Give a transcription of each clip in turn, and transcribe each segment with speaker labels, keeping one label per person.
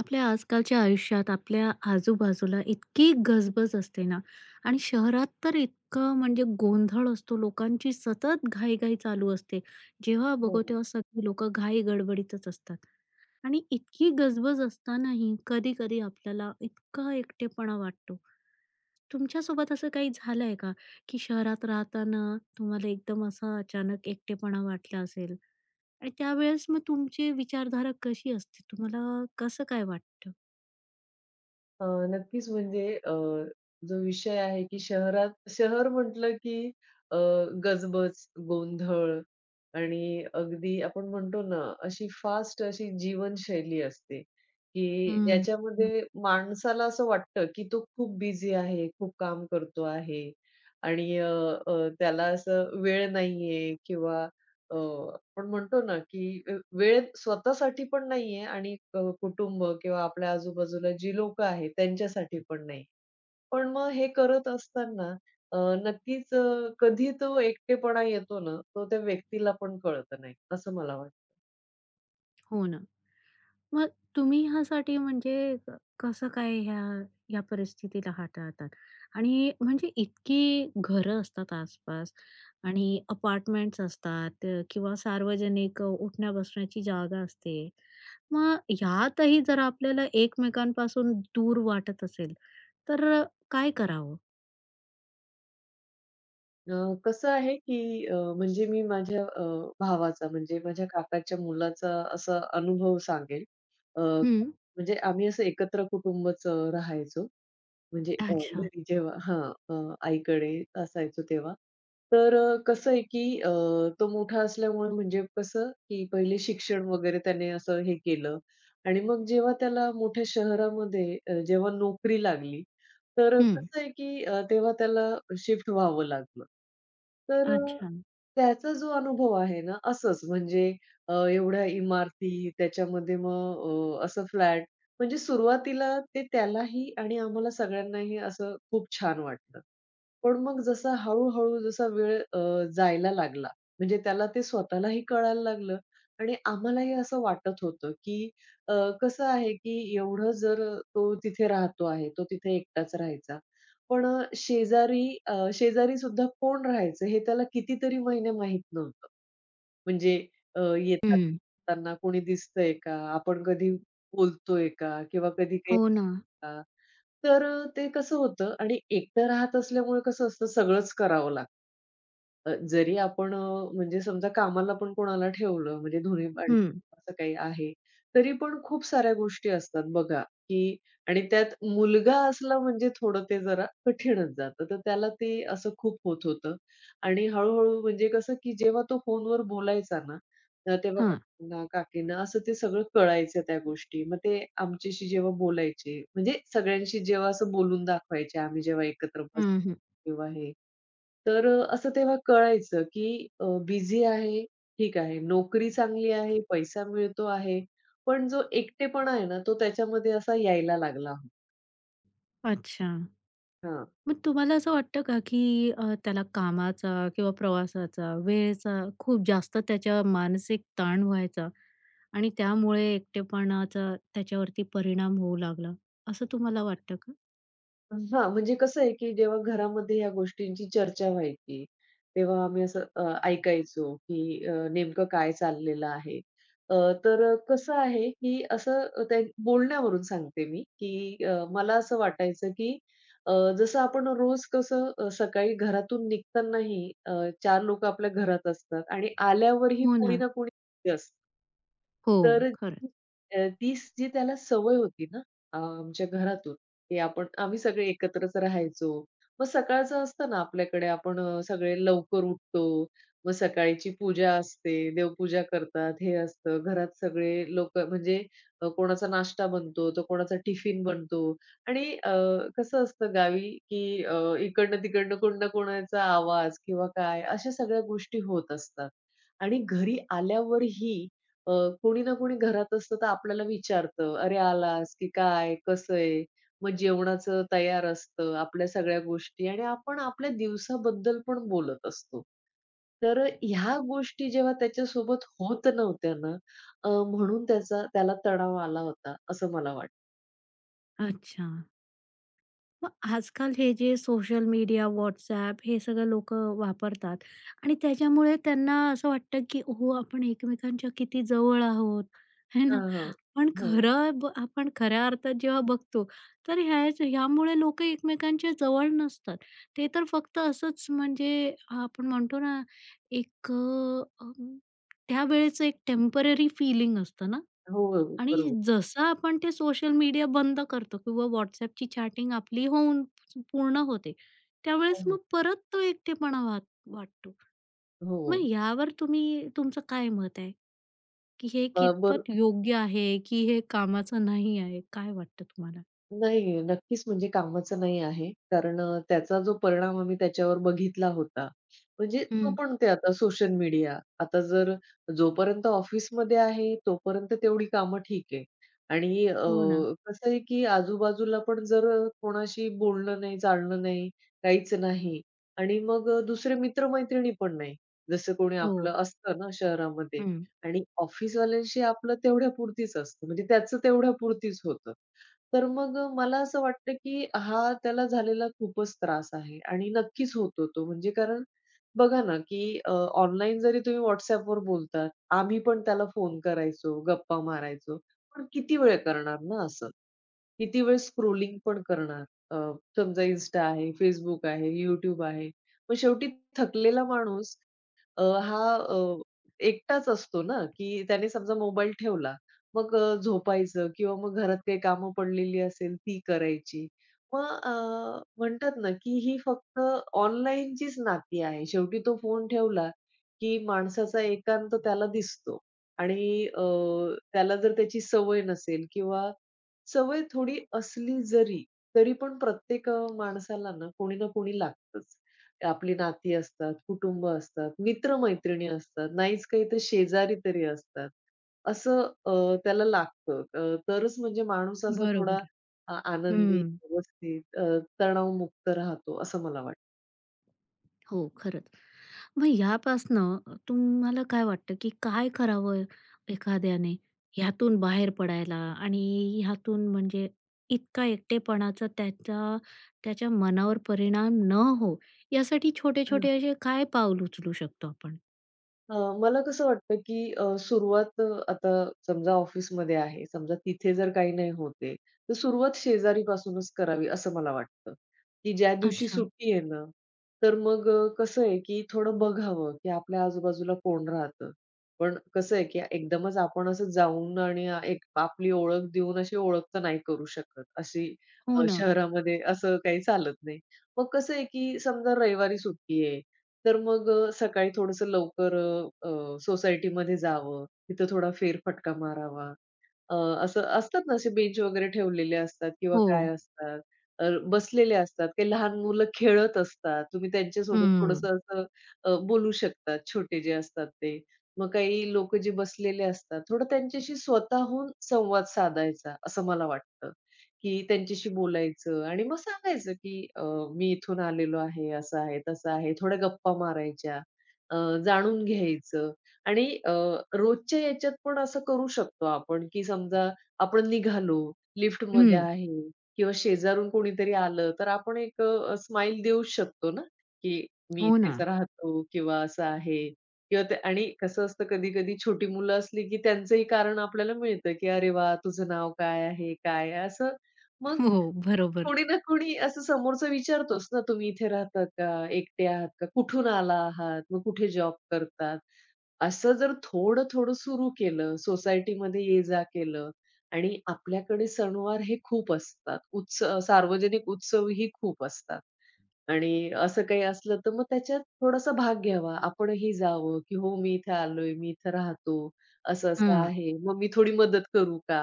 Speaker 1: आपल्या आजकालच्या आयुष्यात आपल्या आजूबाजूला इतकी गजबज असते ना आणि शहरात तर इतकं गोंधळ असतो लोकांची सतत घाईघाई चालू असते. जेव्हा बघू
Speaker 2: हो.
Speaker 1: तेव्हा सगळी लोकं घाई गडबडीतच असतात. आणि इतकी गजबज असतानाही कधी-कधी आपल्याला इतका एकटेपणा वाटतो. तुमच्यासोबत असं काही झालंय का, की शहरात राहताना तुम्हाला एकदम असा अचानक एकटेपणा वाटला असेल? आणि त्यावेळेस मग तुमची विचारधारा कशी असते? तुम्हाला कसं काय वाटतं?
Speaker 2: अ, नक्कीच म्हणजे जो विषय आहे की शहरात शहर म्हटलं की अ, गजबज, गोंधळ आणि अगदी आपण म्हणतो ना, अशी फास्ट अशी जीवनशैली असते, की
Speaker 1: हं. हं.
Speaker 2: ज्याच्यामध्ये माणसाला असं वाटतं की तो खूप बिझी आहे, खूप काम करतो आहे आणि अ, अ, त्याला असं वेळ नाहीये किंवा पण आपण म्हणतो ना, की वेळ स्वतःसाठी पण नाहीये आणि कुटुंब किंवा आपल्या आजूबाजूला जी लोकं आहेत त्यांच्यासाठी पण नाही. पण मग हे करत असताना अ, नक्कीच कधी तो एकटेपणा येतो ना, तो त्या व्यक्तीला पण कळत नाही, असं मला वाटतं.
Speaker 1: हो ना. मग तुम्ही ह्यासाठी म्हणजे क कसं काय ह्या ह्या परिस्थितीला हाताळतात? आणि म्हणजे इतकी घरं असतात आसपास आणि अपार्टमेंट्स असतात किंवा सार्वजनिक उठण्या-बसण्याची जागा असते. मग ह्यातही जर आपल्याला एकमेकांपासून दूर वाटत असेल, तर अ, काय करावं?
Speaker 2: अ, कसं आहे, की म्हणजे मी माझ्या भावाचा म्हणजे माझ्या काकाच्या मुलाचा असा अनुभव सांगेल. अ,
Speaker 1: हं.
Speaker 2: म्हणजे आम्ही असं एकत्र कुटुंबच राहायचो म्हणजे
Speaker 1: अच्छा.
Speaker 2: घरी जेव्हा हां, आईकडे असायचो तेव्हा. तर कसं आहे की तो मोठा असल्यामुळे म्हणजे कसं की पहिले शिक्षण वगैरे त्याने असं हे केलं आणि मग जेव्हा त्याला मोठ्या शहरामध्ये जेव्हा नोकरी लागली, तर
Speaker 1: हं.
Speaker 2: कसं आहे की तेव्हा त्याला शिफ्ट व्हावं लागलं. तर
Speaker 1: अच्छा.
Speaker 2: त्याचा जो अनुभव आहे ना असंच म्हणजे एवढ्या इमारती त्याच्यामध्ये मग असं फ्लॅट म्हणजे सुरुवातीला ते त्यालाही आणि आम्हाला सगळ्यांनाही असं खूप छान वाटलं. पण मग जसा वेळ जायला लागला, म्हणजे त्याला ते स्वतःलाही कळायला लागलं आणि आम्हालाही असं वाटत होतं, की अ, कसं आहे, की एवढं जर तो तिथे राहतो आहे, तो तिथे एकटाच राहायचा. पण शेजारी कोण राहायचं हे त्याला कितीतरी महिने माहीत नव्हतं. म्हणजे येतात त्यांना कोणी दिसतंय का? आपण कधी बोलतोय का? किंवा कधी काही
Speaker 1: हो ना.
Speaker 2: का? तर ते कसं होतं आणि एकटं राहत असल्यामुळे कसं असतं सगळंच करावं लागतं. जरी आपण म्हणजे समजा कामाला पण कोणाला ठेवलं म्हणजे धुणी भांडी
Speaker 1: हं.
Speaker 2: असं काही आहे, तरी पण खूप साऱ्या गोष्टी असतात बघा, की आणि त्यात मुलगा असला म्हणजे थोडं ते जरा कठीणच जातं. तर त्याला ते असं खूप होत होतं आणि हळू-हळू म्हणजे कसं, की जेव्हा तो फोनवर बोलायचा ना, तर तेव्हा
Speaker 1: हां.
Speaker 2: काकूंना, काकींना असं ते सगळं कळायचं त्या गोष्टी. मग ते आमच्याशी जेव्हा बोलायचे म्हणजे सगळ्यांशी जेव्हा असं बोलून दाखवायचे आम्ही जेव्हा एकत्र बस
Speaker 1: हं, हं.
Speaker 2: किंवा हे. तर असं तेव्हा कळायचं, की बिझी आहे, ठीक आहे. नोकरी चांगली आहे, पैसा मिळतो आहे. पण जो एकटेपणा आहे ना, तो त्याच्यामध्ये असा यायला लागला.
Speaker 1: अच्छा.
Speaker 2: हां.
Speaker 1: मग तुम्हाला असं वाटतं का, की त्याला कामाचा किंवा प्रवासाचा, वेळेचा खूप जास्त त्याच्या मानसिक ताण व्हायचा आणि त्यामुळे एकटेपणाचा त्याच्यावरती परिणाम होऊ लागला, असं तुम्हाला वाटतं का?
Speaker 2: हां, म्हणजे कसं आहे, की जेव्हा घरामध्ये या गोष्टींची चर्चा व्हायची, तेव्हा आम्ही असं ऐकायचो, की नेमकं काय चाललेलं आहे. अ, तर कसं आहे, की असं त्या बोलण्यावरून सांगते मी, की मला असं वाटायचं, की अ, जसं आपण रोज कसं सकाळी घरातून निघतानाही 4 लोकं आपल्या घरात असतात आणि आल्यावरही
Speaker 1: हो
Speaker 2: कोणी
Speaker 1: ना.
Speaker 2: ना कोणी असतं.
Speaker 1: हो,
Speaker 2: तर
Speaker 1: खरंच.
Speaker 2: ती जी त्याला सवय होती ना आमच्या घरातून, की आपण आम्ही सगळे एकत्रच राहायचो. मग सकाळचं असतं ना आपल्याकडे आपण सगळे लवकर उठतो. मग सकाळची पूजा असते, देवपूजा करतात, हे असतं. घरात सगळे लोकं म्हणजे कोणाचा नाश्ता बनतो, तर कोणाचा टिफिन बनतो आणि कसं असतं गावी, की इकडनं-तिकडनं कोण ना कोणाचा आवाज किंवा काय अशा सगळ्या गोष्टी होत असतात. आणि घरी आल्यावरही अ, कोणी ना कोणी घरात असतं तर आपल्याला विचारतं, "अरे आलास की काय? कसं आहे?" मग जेवणाचं तयार असतं, आपल्या सगळ्या गोष्टी आणि आपण आपल्या दिवसाबद्दल पण बोलत असतो. तर ह्या गोष्टी जेव्हा त्याच्यासोबत होत नव्हत्या ना, म्हणून त्याचा त्याला तणाव आला होता असं मला वाटतं.
Speaker 1: अच्छा. मग आजकाल हे जे सोशल मीडिया, WhatsApp हे सगळं लोकं वापरतात आणि त्याच्यामुळे त्यांना असं वाटतं, की "हो, आपण एकमेकांच्या किती जवळ आहोत." है
Speaker 2: हां,
Speaker 1: ना?
Speaker 2: हां.
Speaker 1: पण
Speaker 2: हां.
Speaker 1: खरं ब आपण खऱ्या अर्थात जेव्हा बघतो, तर ह्यामुळे लोकं एकमेकांच्या जवळ नसतात. ते तर फक्त असंच म्हणजे आपण म्हणतो ना, एक त्यावेळेचं एक टेम्पररी फीलिंग असतं ना
Speaker 2: हो,
Speaker 1: आणि
Speaker 2: बरोबर.
Speaker 1: जसं आपण ते सोशल मीडिया बंद करतो किंवा WhatsAppची चॅटिंग आपली होऊन पूर्ण होते,
Speaker 2: हां,
Speaker 1: त्यावेळेस
Speaker 2: हां.
Speaker 1: मग परत तो एकटेपणा वाटतो.
Speaker 2: हो.
Speaker 1: मग यावर तुम्ही तुमचं काय मत आहे, की हे
Speaker 2: बरोबर.
Speaker 1: कितपत योग्य आहे, की हे कामाचं नाही आहे? काय वाटतं तुम्हाला?
Speaker 2: नाही, नक्कीच म्हणजे कामाचं नाही आहे. कारण त्याचा जो परिणाम आम्ही त्याच्यावर बघितला होता. म्हणजे तो
Speaker 1: हं.
Speaker 2: पण ते आता सोशल मीडिया. आता जर जोपर्यंत ऑफिसमध्ये आहे, तोपर्यंत तेवढी कामं ठीक आहे. आणि
Speaker 1: हो ना.
Speaker 2: कसं आहे की आजूबाजूला पण जर कोणाशी बोलणं नाही, चालणं नाही, काहीच नाही. आणि मग दुसरे मित्र पण नाही. जसं कोणी
Speaker 1: हो.
Speaker 2: आपलं असतं ना शहरामध्ये
Speaker 1: हं.
Speaker 2: आणि ऑफिसवाल्यांशी आपलं तेवढ्यापुरतीच असतं. म्हणजे त्याचं तेवढ्यापुरतीच होतं. तर मग मला असं वाटतं, की हा त्याला झालेला खूपच त्रास आहे आणि नक्कीच होतो तो. म्हणजे कारण बघा ना, की ऑनलाईन जरी तुम्ही WhatsAppवर बोलतात, आम्ही पण त्याला फोन करायचो, गप्पा मारायचो. पण किती वेळ करणार ना असं? किती वेळ स्क्रोलिंग पण करणार? अ, समजा Insta आहे, Facebook आहे, YouTube आहे. मग शेवटी थकलेला माणूस अ, हा अ, एकटाच असतो ना, की त्याने समजा मोबाईल ठेवला मग झोपायचं किंवा मग घरात काही कामं पडलेली असेल ती करायची. मग म्हणतात ना, की ही फक्त ऑनलाईनचीच नाती आहे. शेवटी तो फोन ठेवला, की माणसाचा एकांत त्याला दिसतो आणि त्याला जर त्याची सवय नसेल किंवा सवय थोडी असली जरी, तरी पण प्रत्येक माणसाला ना कोणी ना कोणी लागतंच. आपली नाती असतात, कुटुंब असतात, मित्र असतात, नाहीच काही तर शेजारी तरी असतात. असं अ, त्याला लागतं. तरच म्हणजे माणूस असा थोडा
Speaker 1: बरोबर.
Speaker 2: आनंदी,
Speaker 1: हं.
Speaker 2: व्यवस्थित तणावमुक्त राहतो असं मला वाटतं.
Speaker 1: हो, खरंच. मग ह्यापासनं तुम्हाला काय वाटतं, की काय करावं एखाद्याने ह्यातून बाहेर पडायला आणि ह्यातून म्हणजे इतका एकटेपणाचा त्याचा त्याच्या मनावर परिणाम न हो, यासाठी छोटे-छोटे असे काय पाऊल उचलू शकतो आपण?
Speaker 2: अ, मला कसं वाटतं, की सुरुवात आता समजा ऑफिसमध्ये आहे, समजा तिथे जर काही नाही होते, आहे, तर सुरुवात शेजारीपासूनच करावी असं मला वाटतं, की ज्या दिवशी
Speaker 1: अच्छा.
Speaker 2: सुट्टी आहे ना, तर मग कसं आहे, की थोडं बघावं, की आपल्या आजूबाजूला कोण राहतं. पण कसं आहे, की एकदमच आपण असं जाऊन आणि एक आपली ओळख देऊन अशी ओळख तर नाही करू शकत. अशी
Speaker 1: हो ना.
Speaker 2: शहरामध्ये असं काही चालत नाही. मग कसं आहे, की समजा रविवारी सुट्टी आहे तर मग सकाळी थोडंसं लवकर अ, अ, सोसायटीमध्ये जावं, तिथं थोडा फेरफटका मारावा. अ, असं असतात ना, असे बेंच वगैरे ठेवलेले असतात किंवा
Speaker 1: हो.
Speaker 2: काय असतात. तर बसलेले असतात. काही लहान मुलं खेळत असतात. तुम्ही त्यांच्यासोबत
Speaker 1: हं.
Speaker 2: थोडंसं असं बोलू शकतात, छोटे जे असतात ते. मग काही लोकं जे बसलेले असतात, थोडं त्यांच्याशी स्वतःहून संवाद साधायचा, असं मला वाटतं, की त्यांच्याशी बोलायचं आणि मग सांगायचं, की "मी इथून आलेलो आहे, असं आहे, तसं आहे." थोड्या गप्पा मारायच्या, जाणून घ्यायचं. आणि रोजच्या याच्यात पण असं करू शकतो आपण, की समजा आपण निघालो, लिफ्टमध्ये
Speaker 1: हं.
Speaker 2: आहे किंवा शेजारून कोणीतरी आलं, तर आपण एक स्माइल देऊच शकतो ना, की मी
Speaker 1: हो ना.
Speaker 2: इथेच राहतो किंवा असं आहे किंवा ते आणि कसं असतं कधी-कधी छोटी मुलं असली, की त्यांचंही कारण आपल्याला मिळतं, की "अरे वाह! तुझं नाव काय आहे? काय आहे?" असं मग
Speaker 1: हो, बरोबर.
Speaker 2: कोणी ना कोणी असं समोरचं विचारतोच ना, "तुम्ही इथे राहता का? एकटे आहात का? कुठून आला आहात? मग कुठे जॉब करतात?" असं जर थोडं-थोडं सुरू केलं, सोसायटीमध्ये ये-जा केलं आणि आपल्याकडे सणवार हे खूप असतात. उत्सव सार्वजनिक उत्सव ही खूप असतात आणि असं काही असलं तर मग त्याच्यात थोडासा भाग घ्यावा. आपणही जावं, की "हो, मी इथे आलोय, मी इथं राहतो, असं-असं
Speaker 1: हां.
Speaker 2: आहे, मग मी थोडी मदत करू का?"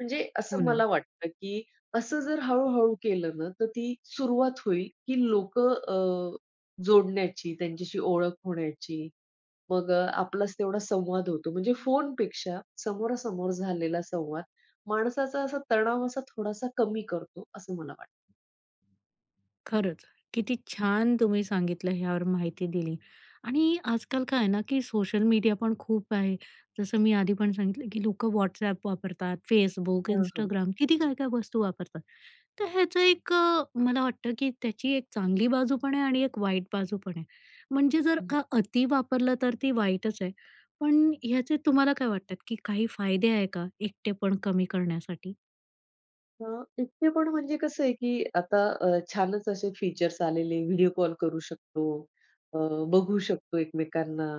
Speaker 2: म्हणजे
Speaker 1: हो
Speaker 2: असं
Speaker 1: ना.
Speaker 2: मला वाटतं, की असं जर हळू केलं ना, तर ती सुरुवात होईल, की लोकं जोडण्याची, त्यांच्याशी ओळख होण्याची मग आपलाच तेवढा संवाद होतो. म्हणजे फोनपेक्षा समोरासमोर झालेला संवाद माणसाचा असा तणाव असा थोडासा कमी करतो, असं मला वाटतं.
Speaker 1: खरंच. किती छान तुम्ही सांगितलं ह्यावर माहिती दिली. आणि आजकाल काय आहे ना, की सोशल मीडिया पण खूप आहे. जसं मी आधी पण सांगितलं, की लोकं WhatsApp वापरतात, Facebook,
Speaker 2: हां,
Speaker 1: Instagram किती काय-काय वस्तू वापरतात. तर ह्याचं मला वाटतं, की त्याची एक चांगली बाजू पण आहे आणि एक वाईट बाजू पण आहे. म्हणजे जर
Speaker 2: हं.
Speaker 1: का अति वापरलं तर ती वाईटच आहे. पण ह्याचे तुम्हाला काय वाटतात, की काही फायदे आहे का एकटेपण कमी करण्यासाठी?
Speaker 2: हां, एकटे पण म्हणजे कसं आहे, की आता छानच असे फीचर्स आलेले व्हिडिओ कॉल करू शकतो, अ, बघू शकतो एकमेकांना,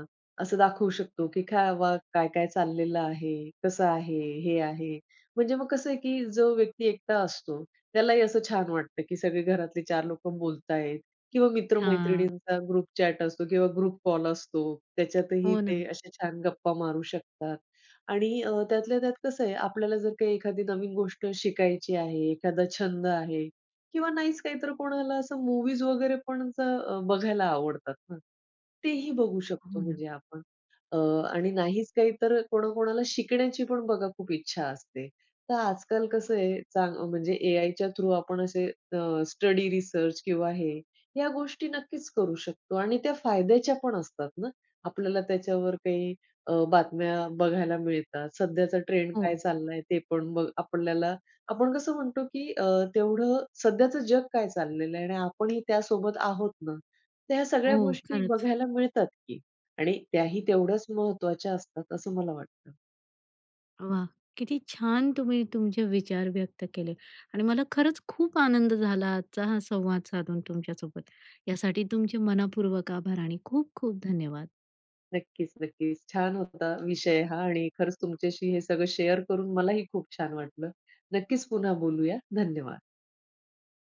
Speaker 2: असं दाखवू शकतो, की काय वा काय-काय चाललेलं आहे, कसं आहे, हे आहे. म्हणजे मग कसं आहे, की जो व्यक्ती एकटा असतो, त्यालाही असं छान वाटतं, की सगळे घरातले 4 लोकं बोलतायत किंवा मित्र
Speaker 1: हां.
Speaker 2: ग्रुप चॅट असतो किंवा ग्रुप कॉल असतो. त्याच्यातही
Speaker 1: हो ना,
Speaker 2: ते अशा छान गप्पा मारू शकतात. आणि त्यातल्या त्यात कसं आहे, आपल्याला जर काही एखादी नवीन गोष्ट शिकायची आहे, एखादा छंद आहे किंवा नाहीच काही तर कोणाला असं मूवीज वगैरे पण असं बघायला आवडतात ना, तेही बघू शकतो
Speaker 1: हो ना.
Speaker 2: म्हणजे आपण. अ, आणि नाहीच काही तर कोणाकोणाला शिकण्याची पण बघा खूप इच्छा असते. तर आजकाल कसं आहे, म्हणजे एआयच्या थ्रू आपण असे स्टडी रिसर्च किंवा हे, या गोष्टी नक्कीच करू शकतो आणि त्या फायद्याच्या पण असतात ना. आपल्याला त्याच्यावर काही बातम्या बघायला मिळतात. सध्याचा ट्रेंड
Speaker 1: हो,
Speaker 2: काय चाललाय ते पण बघ आपल्याला आपण कसं म्हणतो, की तेवढं सध्याचं जग काय चाललेलं आहे आणि आपणही त्यासोबत आहोत ना. तर ह्या सगळ्या
Speaker 1: हो.
Speaker 2: गोष्टी
Speaker 1: खरंच.
Speaker 2: बघायला मिळतात की आणि त्याही तेवढ्याच महत्त्वाच्या असतात असं मला वाटतं.
Speaker 1: वाह! किती छान तुम्ही तुमचे विचार व्यक्त केले आणि मला खरंच खूप आनंद झाला आजचा हा संवाद साधून तुमच्यासोबत. यासाठी तुमचे मनःपूर्वक आभार आणि खूप खूप धन्यवाद.
Speaker 2: नक्कीच, नक्कीच. छान होता विषय हा आणि खरंच तुमच्याशी हे सगळं शेअर करून मलाही खूप छान वाटलं. नक्कीच पुन्हा बोलूया. धन्यवाद.